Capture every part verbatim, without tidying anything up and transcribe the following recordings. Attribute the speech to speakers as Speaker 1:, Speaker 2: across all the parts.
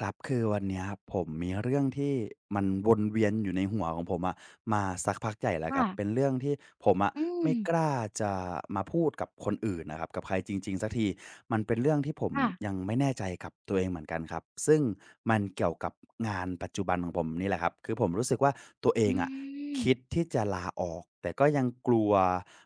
Speaker 1: ครับคือวันเนี้ยผมมีเรื่องที่มันวนเวียนอยู่ในหัวของผมอะมาสักพักใหญ่แล้วค
Speaker 2: ค่ะ
Speaker 1: รับเป็นเรื่องที่ผมอะ
Speaker 2: อืม
Speaker 1: ไม่กล้าจะมาพูดกับคนอื่นนะครับกับใครจริงๆสักทีมันเป็นเรื่องที่ผม
Speaker 2: ค่ะ
Speaker 1: ยังไม่แน่ใจกับตัวเองเหมือนกันครับซึ่งมันเกี่ยวกับงานปัจจุบันของผมนี่แหละครับคือผมรู้สึกว่าตัวเอ
Speaker 2: อื
Speaker 1: งอะ
Speaker 2: ม
Speaker 1: คิดที่จะลาออกแต่ก็ยังกลัว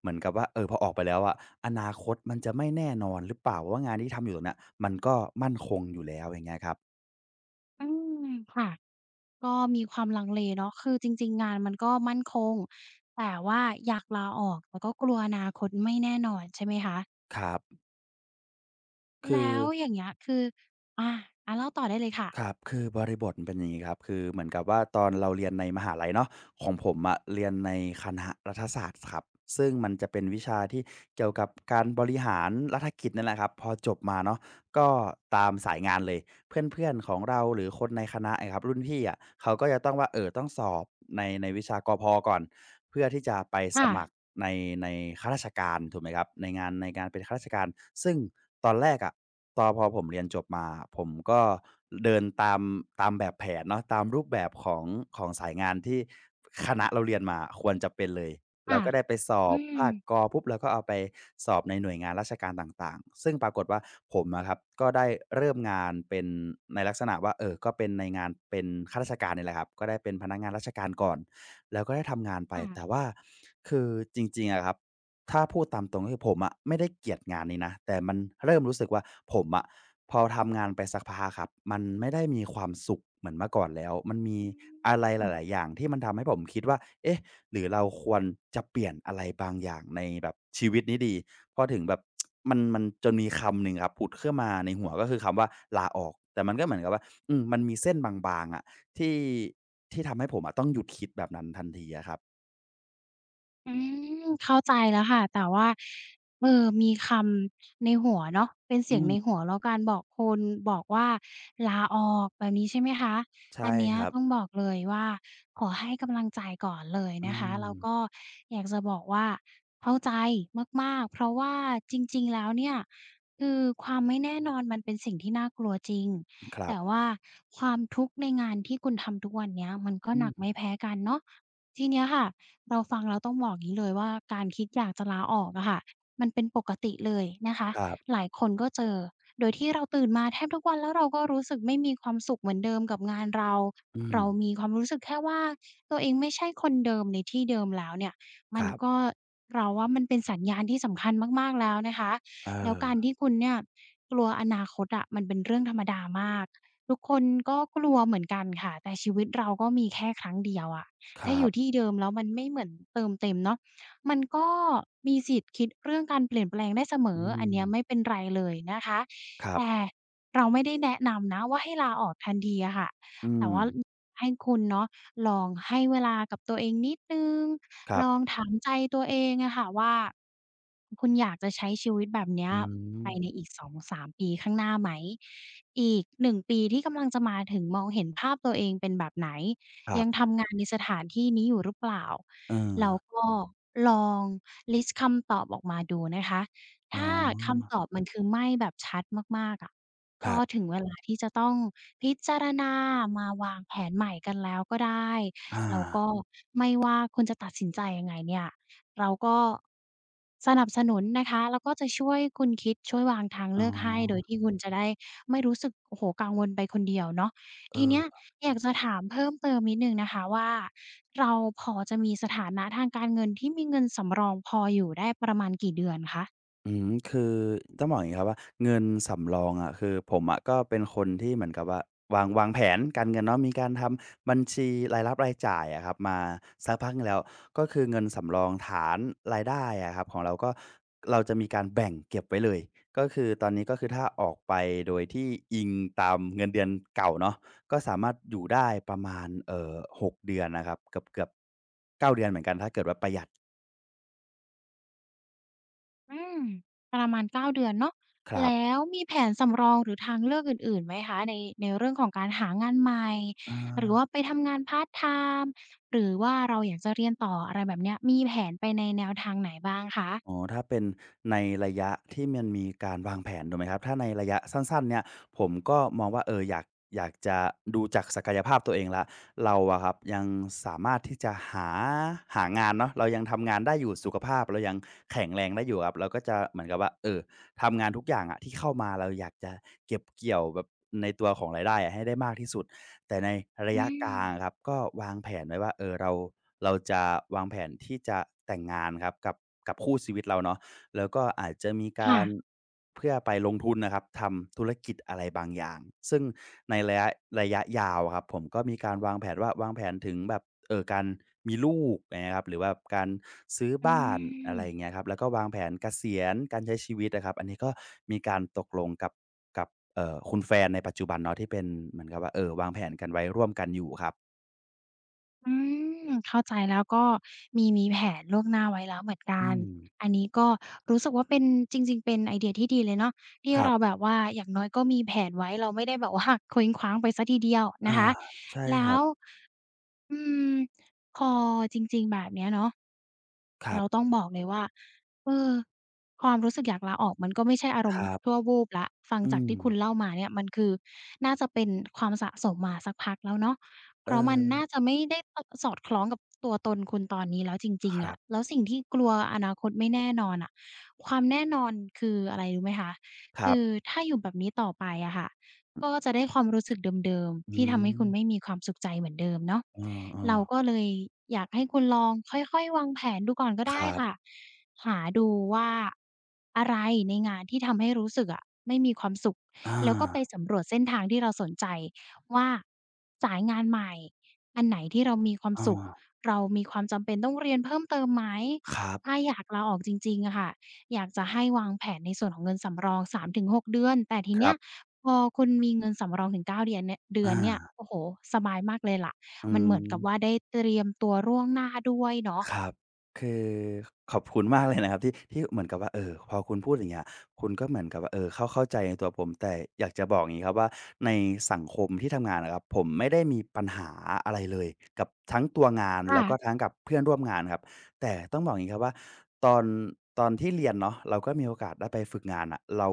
Speaker 1: เหมือนกับว่าเออพอออกไปแล้วอะอนาคตมันจะไม่แน่นอนหรือเปล่าว่างานที่ทำอยู่ตรงเนี้ยมันก็มั่นคงอยู่แล้วอย่างเงี้ยครับ
Speaker 2: อืม ค่ะ ก็มีความลังเลเนาะคือจริงๆงานมันก็มั่นคง แต่ว่าอยากลาออกแต่ก็กลัวอนาคตไม่แน่นอนใช่ไหมคะ
Speaker 1: ครับคือ
Speaker 2: แล้วอย่างเงี้ยคืออาอาเล่าต่อได้เลยค่ะ
Speaker 1: ครับคือบริบทมันเป็นอย่างงี้ครับคือเหมือนกับว่าตอนเราเรียนในมหาลัยเนาะของผมอะเรียนในคณะรัฐศาสตร์ครับซึ่งมันจะเป็นวิชาที่เกี่ยวกับการบริหารรัฐกิจนั่นแหละครับพอจบมาเนาะก็ตามสายงานเลย เพื่อนๆของเราหรือคนในคณะอะครับรุ่นพี่อะเขาก็จะต้องว่าเอ่อต้องสอบในในวิชากพก่อนเพื่อที่จะไปสมัคร
Speaker 2: ค่ะ
Speaker 1: ในในข้าราชการถูกไหมครับในงานในการเป็นข้าราชการซึ่งตอนแรกอะตอนพอผมเรียนจบมาผมก็เดินตามตามแบบแผนเนาะตามรูปแบบของของสายงานที่คณะเราเรียนมาควรจะเป็นเลย เรา
Speaker 2: ค่ะ
Speaker 1: ก็ได้ไปสอ
Speaker 2: อื
Speaker 1: บ
Speaker 2: ม
Speaker 1: ภาคกอปุ๊บเราก็เอาไปสอบในหน่วยงานราชการต่างๆซึ่งปรากฏว่าผมอะครับก็ได้เริ่มงานเป็นในลักษณะว่าเออก็เป็นในงานเป็นข้าราชการเนี่ยแหละครับก็ได้เป็นพนักงานราชการก่อนแล้วก็ได้ทำงานไปแต่
Speaker 2: ค่ะ
Speaker 1: ว่าคือจริงๆอะครับถ้าพูดตามตรงก็คือผมอะไม่ได้เกลียดงานนี้นะแต่มันเริ่มรู้สึกว่าผมอะพอทำงานไปสักพักครับมันไม่ได้มีความสุขเหมือนเมื่อก่อนแล้วมันมี
Speaker 2: อ
Speaker 1: อะไรห
Speaker 2: ืม
Speaker 1: ลายๆอย่างที่มันทำให้ผมคิดว่าเอ๊ะ หรือเราควรจะเปลี่ยนอะไรบางอย่างในแบบชีวิตนี้ดีพอถึงแบบ มันมันจนมีคำหนึ่งครับผุดขึ้นมาในหัวก็คือคำว่าลาออกแต่มันก็เหมือนกับว่าอืมมันมีเส้นบางๆอะะที่ที่ทำให้ผมอะต้องหยุดคิดแบบนั้นทันทีอะครับ
Speaker 2: อืมเข้าใจแล้วค่ะแต่ว่าเออมีคำในหัวเนาะเป็นเสี
Speaker 1: อื
Speaker 2: ยงในหั
Speaker 1: ม
Speaker 2: วแล้วกันบอกคนบอกว่าลาออกแบบนี้ใช่ไหมคะอั
Speaker 1: ใช่
Speaker 2: นเนี้ย
Speaker 1: ครับ
Speaker 2: ต้องบอกเลยว่าขอให้กำลังใจก่อนเลย
Speaker 1: อื
Speaker 2: นะคะแล้วก็
Speaker 1: ม
Speaker 2: อยากจะบอกว่าเข้าใจมากๆเพราะว่าจริงๆแล้วเนี่ยคือความไม่แน่นอนมันเป็นสิ่งที่น่ากลัวจริง
Speaker 1: ครับ
Speaker 2: แต่ว่าความทุกข์ในงานที่คุณทำทุกวันเนี้ยมันก็
Speaker 1: อื
Speaker 2: หนัก
Speaker 1: ม
Speaker 2: ไม่แพ้กันเนาะ ทีเนี้ยค่ะเราฟังแล้วต้องบอกงี้เลยว่าการคิดอยากจะลาออกอะค่ะมันเป็นปกติเลยนะคะ
Speaker 1: ครั
Speaker 2: ห
Speaker 1: บ
Speaker 2: ลายคนก็เจอโดยที่เราตื่นมาแทบทุกวันแล้วเราก็รู้สึกไม่มีความสุขเหมือนเดิมกับงานเรา
Speaker 1: อืม
Speaker 2: เรามีความรู้สึกแค่ว่าตัวเองไม่ใช่คนเดิมในที่เดิมแล้วเนี่ย
Speaker 1: ค
Speaker 2: มัน
Speaker 1: รั
Speaker 2: ก็
Speaker 1: บ
Speaker 2: เราว่ามันเป็นสัญญาณที่สำคัญมากๆแล้วนะคะ
Speaker 1: เอ
Speaker 2: แล้ว
Speaker 1: อ
Speaker 2: การที่คุณเนี่ยกลัวอนาคตอะมันเป็นเรื่องธรรมดามากทุกคนก็กลัวเหมือนกันค่ะแต่ชีวิตเราก็มีแค่ครั้งเดียวอะ
Speaker 1: ค
Speaker 2: ถ้า
Speaker 1: รั
Speaker 2: อ
Speaker 1: บ
Speaker 2: ยู่ที่เดิมแล้วมันไม่เหมือนเติมเต็มเนาะมันก็มีสิทธิ์คิดเรื่องการเปลี่ยนแปลงได้เสม
Speaker 1: อื
Speaker 2: ออั
Speaker 1: ม
Speaker 2: นเนี้ยไม่เป็นไรเลยนะคะ
Speaker 1: ครั
Speaker 2: แต่
Speaker 1: บ
Speaker 2: เราไม่ได้แนะนำนะว่าให้ลาออกทันทีอะค่ะ
Speaker 1: อื
Speaker 2: แต่
Speaker 1: ม
Speaker 2: ว่าให้คุณเนาะลองให้เวลากับตัวเองนิดหนึ่ง
Speaker 1: ครั
Speaker 2: ลอง
Speaker 1: บ
Speaker 2: ถามใจตัวเองอะค่ะว่าคุณอยากจะใช้ชีวิตแบบเนี้ย
Speaker 1: อื
Speaker 2: ไป
Speaker 1: ม
Speaker 2: ในอีกสองถึงสามปีข้างหน้าไหม อีกหนึ่งปีที่กำลังจะมาถึงมองเห็นภาพตัวเองเป็นแบบไหน
Speaker 1: ครั
Speaker 2: ยัง
Speaker 1: บ
Speaker 2: ทำงานในสถานที่นี้อยู่หรือเปล่า
Speaker 1: เออ
Speaker 2: เราก็ลองลิสต์คำตอบออกมาดูนะคะ
Speaker 1: อ๋
Speaker 2: ถ้า
Speaker 1: อ
Speaker 2: คำตอบมันคือไม่แบบชัดมากๆอะ
Speaker 1: ครั
Speaker 2: ก็
Speaker 1: บ
Speaker 2: ถึงเวลาที่จะต้องพิจารณามาวางแผนใหม่กันแล้วก็ได้
Speaker 1: อา
Speaker 2: แล้วก็ไม่ว่าคุณจะตัดสินใจยังไงเนี่ยเราก็สนับสนุนนะคะ แล้วก็จะช่วยคุณคิดช่วยวางทาง
Speaker 1: อ๋อ
Speaker 2: เลือกให้ โดยที่คุณจะได้ไม่รู้สึกโอ้โฮกังวลไปคนเดียวเนาะ ทีเนี้ย
Speaker 1: เออ
Speaker 2: อยากจะถามเพิ่มเติมนิดหนึ่งนะคะว่าเราพอจะมีสถานะทางการเงินที่มีเงินสำรองพออยู่ได้ประมาณกี่เดือนคะ
Speaker 1: อืมคือต้องบอกอย่างงี้ครับว่าเงินสำรองอะคือผมอะก็เป็นคนที่เหมือนกับว่าวางวางแผนการเงินเนาะมีการทำบัญชีรายรับรายจ่ายอะครับมาสักพักหนึ่งแล้วก็คือเงินสำรองฐานรายได้อะครับของเราก็เราจะมีการแบ่งเก็บไว้เลยก็คือตอนนี้ก็คือถ้าออกไปโดยที่อิงตามเงินเดือนเก่าเนาะก็สามารถอยู่ได้ประมาณเอ่อหกเดือนนะครับเกือบๆเก้าเดือนเหมือนกันถ้าเกิดว่าประหยัด
Speaker 2: อืมประมาณเก้าเดือนเนาะ
Speaker 1: ครับ
Speaker 2: แล้วมีแผนสำรองหรือทางเลือกอื่นๆไหมคะในในเรื่องของการหางานใหม่
Speaker 1: อา
Speaker 2: หรือว่าไปทำงานพาร์ตไทม์หรือว่าเราอยากจะเรียนต่ออะไรแบบเนี้ยมีแผนไปในแนวทางไหนบ้างคะ
Speaker 1: อ๋อถ้าเป็นในระยะที่มันมีการวางแผนถูกไหมครับถ้าในระยะสั้นๆเนี่ยผมก็มองว่าเอออยากอยากจะดูจากศักยภาพตัวเองแล้วเราอะครับยังสามารถที่จะหาหางานเนาะเรายังทำงานได้อยู่สุขภาพเรายังแข็งแรงได้อยู่ครับเราก็จะเหมือนกับว่าเออทำงานทุกอย่างอะที่เข้ามาเราอยากจะเก็บเกี่ยวแบบในตัวของรายได้อะให้ได้มากที่สุด แต่ในระ
Speaker 2: อื
Speaker 1: ยะกลางครั
Speaker 2: ม
Speaker 1: บก็วางแผนไว้ว่าเออเราเราจะวางแผนที่จะแต่งงานครับกับกับคู่ชีวิตเราเนาะแล้วก็อาจจะมีกา
Speaker 2: ค่ะ
Speaker 1: รเพื่อไปลงทุนนะครับทำธุรกิจอะไรบางอย่างซึ่งในระยะระยะยาวอะครับผมก็มีการวางแผนว่าวางแผนถึงแบบเอ่อการมีลูกอย่างเงี้ยครับหรือว่าการซื้อ
Speaker 2: อื
Speaker 1: บ้านอะ
Speaker 2: ม
Speaker 1: ไรอย่างเงี้ยครับแล้วก็วางแผนเกษียณการใช้ชีวิตอะครับอันนี้ก็มีการตกลงกับ กับเอ่อคุณแฟนในปัจจุบันเนาะที่เป็นเหมือนกับว่าเออวางแผนกันไว้ร่วมกันอยู่ครับ
Speaker 2: อืมเข้าใจแล้วก็มีมีแผนล่วงหน้าไว้แล้วเหมือนกั
Speaker 1: อื
Speaker 2: น
Speaker 1: ม
Speaker 2: อันนี้ก็รู้สึกว่าเป็นจริงๆเป็นไอเดียที่ดีเลยเนาะที่
Speaker 1: ครั
Speaker 2: เราแบ
Speaker 1: บ
Speaker 2: บว่าอย่างน้อยก็มีแผนไว้เราไม่ได้แบบว่า เคว้งคว้างไปเสียทีเดียวนะ
Speaker 1: อา
Speaker 2: คะ
Speaker 1: ใช่ค
Speaker 2: แล้
Speaker 1: รั
Speaker 2: ว
Speaker 1: บ
Speaker 2: อืมพอจริงๆแบบเนี้ยเนาะ
Speaker 1: ครั
Speaker 2: เราต้อ
Speaker 1: บ
Speaker 2: งบอกเลยว่าเออความรู้สึกอยากลาออกมันก็ไม่ใช่อาร
Speaker 1: ค
Speaker 2: มณ์
Speaker 1: รั
Speaker 2: ชั่
Speaker 1: บ
Speaker 2: ววูบแล้วฟัง
Speaker 1: อื
Speaker 2: จาก
Speaker 1: ม
Speaker 2: ที่คุณเล่ามาเนี่ยมันคือน่าจะเป็นความสะสมมาสักพักแล้วเนาะเพ
Speaker 1: เอ
Speaker 2: ราะมันน่า
Speaker 1: อ
Speaker 2: จะไม่ได้อสอดคล้องกับตัวตนคุณตอนนี้แล้วจริง
Speaker 1: ค
Speaker 2: ๆ
Speaker 1: รั
Speaker 2: อะ
Speaker 1: บ
Speaker 2: แล้วสิ่งที่กลัวอนาคตไม่แน่นอนอะความแน่นอนคืออะไรรู้ไหมคะ
Speaker 1: ครั
Speaker 2: คื
Speaker 1: บ
Speaker 2: อถ้าอยู่แบบนี้ต่อไปอะค่ะ ก็จะได้ความรู้สึกเดิม
Speaker 1: อื
Speaker 2: ๆที่ทำให้คุณไม่
Speaker 1: ม
Speaker 2: มีความสุขใจเหมือนเดิมเนาะ
Speaker 1: เอ
Speaker 2: เรา
Speaker 1: อ
Speaker 2: ก็เลยอยากให้คุณลองค่อยๆวางแผนดูก่อนก็
Speaker 1: ๆค
Speaker 2: ได้
Speaker 1: รับ
Speaker 2: ค่ะหาดูว่าอะไรในงานที่ทำให้รู้สึกอะไม่มีความสุข
Speaker 1: อา
Speaker 2: แล้วก็ไปสำรวจเส้นทางที่เราสนใจว่าสายงานใหม่อันไหนที่เรามีความสุขเรามีความจำเป็นต้องเรียนเพิ่มเติมไหม
Speaker 1: ๆครับ
Speaker 2: ถ้าอยากลาออกจริงๆอะค่ะอยากจะให้วางแผนในส่วนของเงินสำรองสามถึงหกเดือนแต่ที
Speaker 1: ค
Speaker 2: เนี้
Speaker 1: รั
Speaker 2: ย
Speaker 1: บ
Speaker 2: พอคุณมีเงินสำรองถึงเก้าเดือนเนี่ยเดือน
Speaker 1: อา
Speaker 2: เนี่ยโอ้โฮสบายมากเลยล่ะ
Speaker 1: อื
Speaker 2: มันเห
Speaker 1: ม
Speaker 2: มือนกับว่าได้เตรียมตัวล่วงหน้าด้วยเนาะ
Speaker 1: ครับคือขอบคุณมากเลยนะครับที่ที่เหมือนกับว่าเอ่อพอคุณพูดอย่างเงี้ยคุณก็เหมือนกับว่าเอ่อเข้าเข้าใจในตัวผมแต่อยากจะบอกอย่างงี้ครับว่าในสังคมที่ทำงานอะครับผมไม่ได้มีปัญหาอะไรเลยกับทั้งตัวงาน
Speaker 2: ค่ะ
Speaker 1: แล้วก็ทั้งกับเพื่อนร่วมงานครับ แต่ต้องบอกอย่างงี้ครับว่าตอนตอนที่เรียนเนาะเราก็มีโอกาสได้ไปฝึกงานอะเรา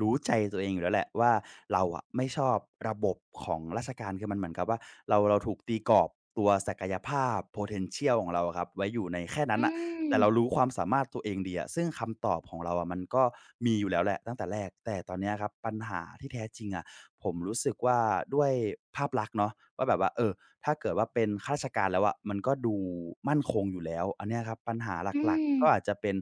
Speaker 1: รู้ใจตัวเองอยู่แล้วแหละว่าเราอะไม่ชอบระบบของราชการคือมันเหมือนกับว่าเราเราถูกตีกรอบตัวศักยภาพ potential ของเราอะครับไว้อยู่ในแค่นั้
Speaker 2: อื
Speaker 1: นน่ะแต่เรารู้
Speaker 2: ม
Speaker 1: ความสามารถตัวเองดีอะซึ่งคำตอบของเราอะมันก็มีอยู่แล้วแหละตั้งแต่แรกแต่ตอนเนี้ยครับปัญหาที่แท้จริงอะผมรู้สึกว่าด้วยภาพลักษณ์เนาะว่าแบบว่าเออ ถ้าเกิดว่าเป็นข้าราชการแล้วอะมันก็ดูมั่นคงอยู่แล้วอันเนี้ยครับปัญหา
Speaker 2: อื
Speaker 1: หลัก
Speaker 2: ม
Speaker 1: ๆก็อาจจะเป็น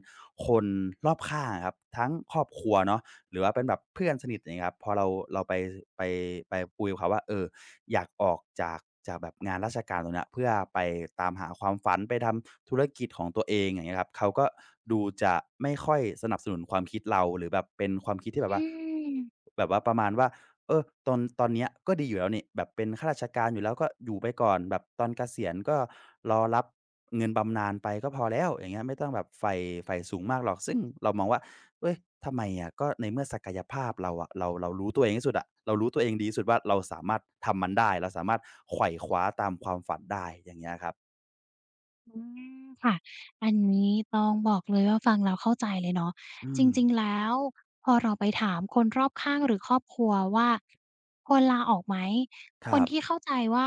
Speaker 1: คนรอบข้างอะครับทั้งครอบครัวเนาะหรือว่าเป็นแบบเพื่อนสนิทอย่างเงี้ยครับพอเราเราไปไปไปคุยกับเขาว่าเอออยากออกจากจากแบบงานราชการตรงเนี้ยเพื่อไปตามหาความฝันไปทำธุรกิจของตัวเองอย่างเงี้ยครับเขาก็ดูจะไม่ค่อยสนับสนุนความคิดเราหรือแบบเป็นความคิดที่แบ
Speaker 2: อื
Speaker 1: บว่า
Speaker 2: ม
Speaker 1: แบบว่าประมาณว่า เออตอนตอนเนี้ยก็ดีอยู่แล้วนี่แบบเป็นข้าราชการอยู่แล้วก็อยู่ไปก่อนแบบตอนเกษียณก็รอรับเงินบำนาญไปก็พอแล้วอย่างเงี้ยไม่ต้องแบบใฝ่ใฝ่สูงมากหรอกซึ่งเรามองว่าเฮ้ยทำไมอะก็ในเมื่อศักยภาพเราอะเราเรารู้ตัวเองที่สุดอะเรารู้ตัวเองดีที่สุดว่าเราสามารถทำมันได้เราสามารถไขว่คว้าตามความฝันได้อย่างเงี้ยครับ
Speaker 2: อืมค่ะอันนี้ต้องบอกเลยว่าฟังแล้วเข้าใจเลยเนาะ
Speaker 1: อื
Speaker 2: จ
Speaker 1: ม
Speaker 2: ริงๆแล้วพอเราไปถามคนรอบข้างหรือครอบครัวว่าควรลาออกไหม
Speaker 1: ค
Speaker 2: คน
Speaker 1: รั
Speaker 2: ที่
Speaker 1: บ
Speaker 2: เข้าใจว่า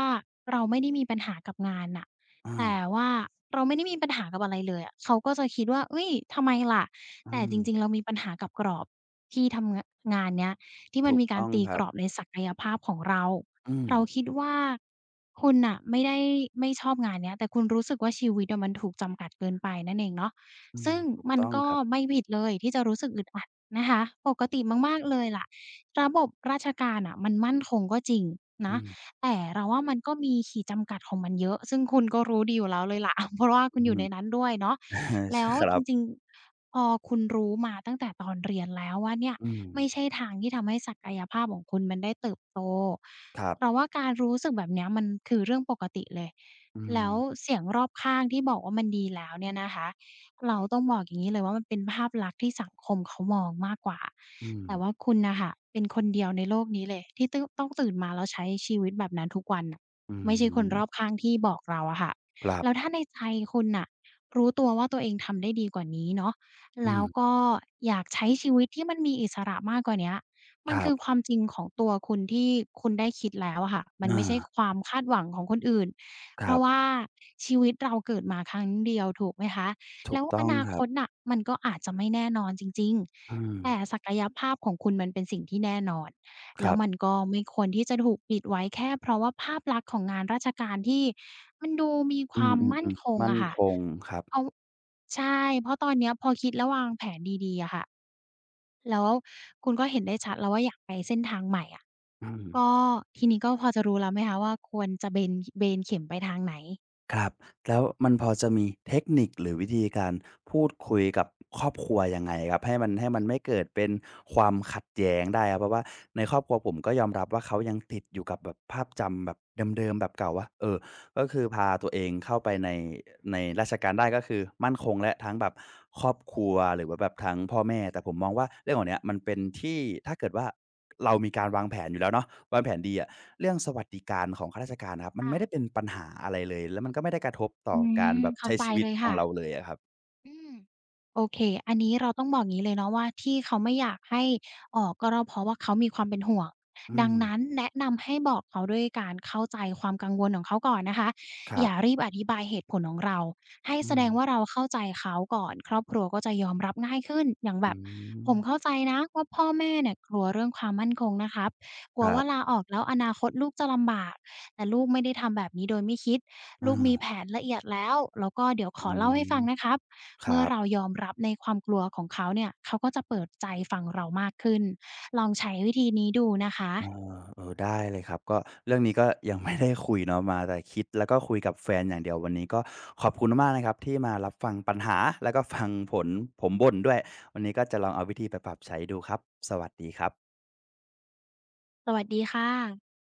Speaker 2: เราไม่ได้มีปัญหากับงานน่ะ
Speaker 1: อา
Speaker 2: แต่ว่าเราไม่ได้มีปัญหากับอะไรเลยอะเขาก็จะคิดว่าอุ๊ยทำไมล่ะ
Speaker 1: อื
Speaker 2: แต่
Speaker 1: ม
Speaker 2: จริงๆเรามีปัญหากับกรอบที่ทำงงานเนี้ย ที่มัน
Speaker 1: ถูก
Speaker 2: มีการ
Speaker 1: ต้อง
Speaker 2: ตี
Speaker 1: ค
Speaker 2: ก
Speaker 1: รับ
Speaker 2: รอบในศักยภาพของเรา
Speaker 1: อืม
Speaker 2: เราคิดว่าคุณน่ะไม่ได้ไม่ชอบงานเนี้ยแต่คุณรู้สึกว่าชีวิตอะมันถูกจำกัดเกินไปนั่นเองเนาะ
Speaker 1: อืม
Speaker 2: ซึ่ง
Speaker 1: ถูก
Speaker 2: มัน
Speaker 1: ต้อง
Speaker 2: ก็
Speaker 1: ครับ
Speaker 2: ไม่ผิดเลยที่จะรู้สึกอึดอัดนะคะปกติมากๆเลยล่ะระบบราชการน่ะมันมั่นคงก็จริง
Speaker 1: อื
Speaker 2: นะ
Speaker 1: ม
Speaker 2: แต่เราว่ามันก็มีขีดจำกัดของมันเยอะซึ่งคุณก็รู้ดีอยู่แล้วเลยล่ะ เพราะว่าคุ
Speaker 1: อื
Speaker 2: ณ
Speaker 1: อ
Speaker 2: อยู่
Speaker 1: ฮึ
Speaker 2: ในนั้นด้วยเนาะ
Speaker 1: ใ
Speaker 2: แล้
Speaker 1: ช่
Speaker 2: ว
Speaker 1: ค
Speaker 2: จ
Speaker 1: รั
Speaker 2: ริ
Speaker 1: บ
Speaker 2: งๆพอคุณรู้มาตั้งแต่ตอนเรียนแล้วว่าเนี่ย
Speaker 1: อืม
Speaker 2: ไม่ใช่ทางที่ทำให้ศักยภาพของคุณมันได้เติบโต
Speaker 1: ครั
Speaker 2: เรา
Speaker 1: บ
Speaker 2: ว่าการรู้สึกแบบเนี้ยมันคือเรื่องปกติเลย
Speaker 1: อืม
Speaker 2: แล้วเสียงรอบข้างที่บอกว่ามันดีแล้วเนี่ยนะคะเราต้องบอกอย่างนี้เลยว่ามันเป็นภาพลักษณ์ที่สังคมเขามองมากกว่า
Speaker 1: อืม
Speaker 2: แต่ว่าคุณน่ะค่ะเป็นคนเดียวในโลกนี้เลยที่ตื้อต้องตื่นมาแล้วใช้ชีวิตแบบนั้นทุกวันน่ะ
Speaker 1: อื
Speaker 2: ไม่ใช่คนรอบ
Speaker 1: ม
Speaker 2: ข้างที่บอกเราอะค่ะ
Speaker 1: ครั
Speaker 2: แล้ว
Speaker 1: บ
Speaker 2: ถ้าในใจคุณน่ะรู้ตัวว่าตัวเองทำได้ดีกว่านี้เนาะ
Speaker 1: อื
Speaker 2: แล้
Speaker 1: ม
Speaker 2: วก็อยากใช้ชีวิตที่มันมีอิสระมากกว่าเนี้ย
Speaker 1: ค
Speaker 2: มัน
Speaker 1: รั
Speaker 2: คือค
Speaker 1: บ
Speaker 2: วามจริงของตัวคุณที่คุณได้คิดแล้วอะค่ะมัน
Speaker 1: อา
Speaker 2: ไม่ใช่ความคาดหวังของคนอื่น
Speaker 1: ค
Speaker 2: เพ
Speaker 1: รั
Speaker 2: ราะว่า
Speaker 1: บ
Speaker 2: ชีวิตเราเกิดมาครั้งเดียวถูกไหมคะ
Speaker 1: ถู
Speaker 2: แล้
Speaker 1: ก
Speaker 2: ว
Speaker 1: ต้
Speaker 2: อ
Speaker 1: อง
Speaker 2: นา
Speaker 1: ค
Speaker 2: ค
Speaker 1: รับ
Speaker 2: ตน่ะมันก็อาจจะไม่แน่นอนจริง
Speaker 1: อืม
Speaker 2: ๆแต่ศักยภาพของคุณมันเป็นสิ่งที่แน่นอน
Speaker 1: ค
Speaker 2: แล้
Speaker 1: รั
Speaker 2: วมัน
Speaker 1: บ
Speaker 2: ก็ไม่ควรที่จะถูกปิดไว้แค่เพราะว่าภาพลักษณ์ของงานราชการที่มันดูมีค
Speaker 1: อื
Speaker 2: วามมั่น
Speaker 1: ม
Speaker 2: ค
Speaker 1: ๆๆ
Speaker 2: ง
Speaker 1: มั่น
Speaker 2: อะค่ะ
Speaker 1: คงครับ
Speaker 2: เอาใช่เพราะตอนเนี้ยพอคิดและวางแผนดีๆอะค่ะ แล้วคุณก็เห็นได้ชัดแล้วว่าอยากไปเส้นทางใหม่อะ
Speaker 1: อืม
Speaker 2: ก็ทีนี้ก็พอจะรู้แล้วไหมคะว่าควรจะเบนเบนเข็มไปทางไหน
Speaker 1: ครับแล้วมันพอจะมีเทคนิคหรือวิธีการพูดคุยกับครอบครัวยังไงครับให้มันให้มันไม่เกิดเป็นความขัดแย้งได้ครับเพราะว่าในครอบครัวผมก็ยอมรับว่าเขายังติดอยู่กับแบบภาพจำแบบเดิมๆแบบเก่าว่าเออก็คือพาตัวเองเข้าไปในในราชการได้ก็คือมั่นคงและทั้งแบบครอบครัวหรือว่าแบบทั้งพ่อแม่แต่ผมมองว่าเรื่องขอลเนี้ยมันเป็นที่ถ้าเกิดว่าเรามีการวางแผนอยู่แล้วเนาะวางแผนดีอะ เรื่องสวัสดิการของข้าราชการนะครับมัน
Speaker 2: ค่ะ
Speaker 1: ไม่ได้เป็นปัญหาอะไรเลยแล้วมันก็ไม่ได้กระทบต่
Speaker 2: อื
Speaker 1: อการ
Speaker 2: ม
Speaker 1: แบบ
Speaker 2: เข้า
Speaker 1: ใช้
Speaker 2: ใจ
Speaker 1: ชีวิ
Speaker 2: เล
Speaker 1: ต
Speaker 2: ย
Speaker 1: ของ
Speaker 2: ค่ะ
Speaker 1: เราเลยอะครับ
Speaker 2: อืมโอเคอันนี้เราต้องบอกงี้เลยเนาะว่าที่เขาไม่อยากให้ออกก็เราเพราะว่าเขามีความเป็นห่วง
Speaker 1: อื
Speaker 2: ดั
Speaker 1: ม
Speaker 2: งนั้นแนะนำให้บอกเขาด้วยการเข้าใจความกังวลของเขาก่อนนะคะ
Speaker 1: ครั
Speaker 2: อย่า
Speaker 1: บ
Speaker 2: รีบอธิบายเหตุผลของเราให้
Speaker 1: อื
Speaker 2: แส
Speaker 1: ม
Speaker 2: ดงว่าเราเข้าใจเขาก่อนครอบครัวก็จะยอมรับง่ายขึ้นอย่างแบ
Speaker 1: อื
Speaker 2: บ
Speaker 1: ม
Speaker 2: ผมเข้าใจนะว่าพ่อแม่เนี่ยกลัวเรื่องความมั่นคงนะครับก
Speaker 1: ค
Speaker 2: ลัว
Speaker 1: รั
Speaker 2: ว่า
Speaker 1: บ
Speaker 2: ลาออกแล้วอนาคตลูกจะลำบากแต่ลูกไม่ได้ทำแบบนี้โดยไม่คิด
Speaker 1: อ
Speaker 2: ลูกมีแผ
Speaker 1: า
Speaker 2: นละเอียดแล้วแล้วก็เดี๋ยวข
Speaker 1: อื
Speaker 2: อเล่าให้
Speaker 1: ม
Speaker 2: ฟังนะครับ
Speaker 1: ครั
Speaker 2: เมื่อ
Speaker 1: บ
Speaker 2: เรายอมรับในความกลัวของเขาเนี่ย เขาก็จะเปิดใจฟังเรามากขึ้น ลองใช้วิธีนี้ดูนะคะ
Speaker 1: เออเออได้เลยครับก็เรื่องนี้ก็ยังไม่ได้คุยเนาะมาแต่คิดแล้วก็คุยกับแฟนอย่างเดียววันนี้ก็ขอบคุณมากๆนะครับที่มารับฟังปัญหาแล้วก็ฟังผลผมบ่นด้วยวันนี้ก็จะลองเอาวิธีไปปรับใช้ดูครับสวัสดีครับ
Speaker 2: สวัสดีค่ะ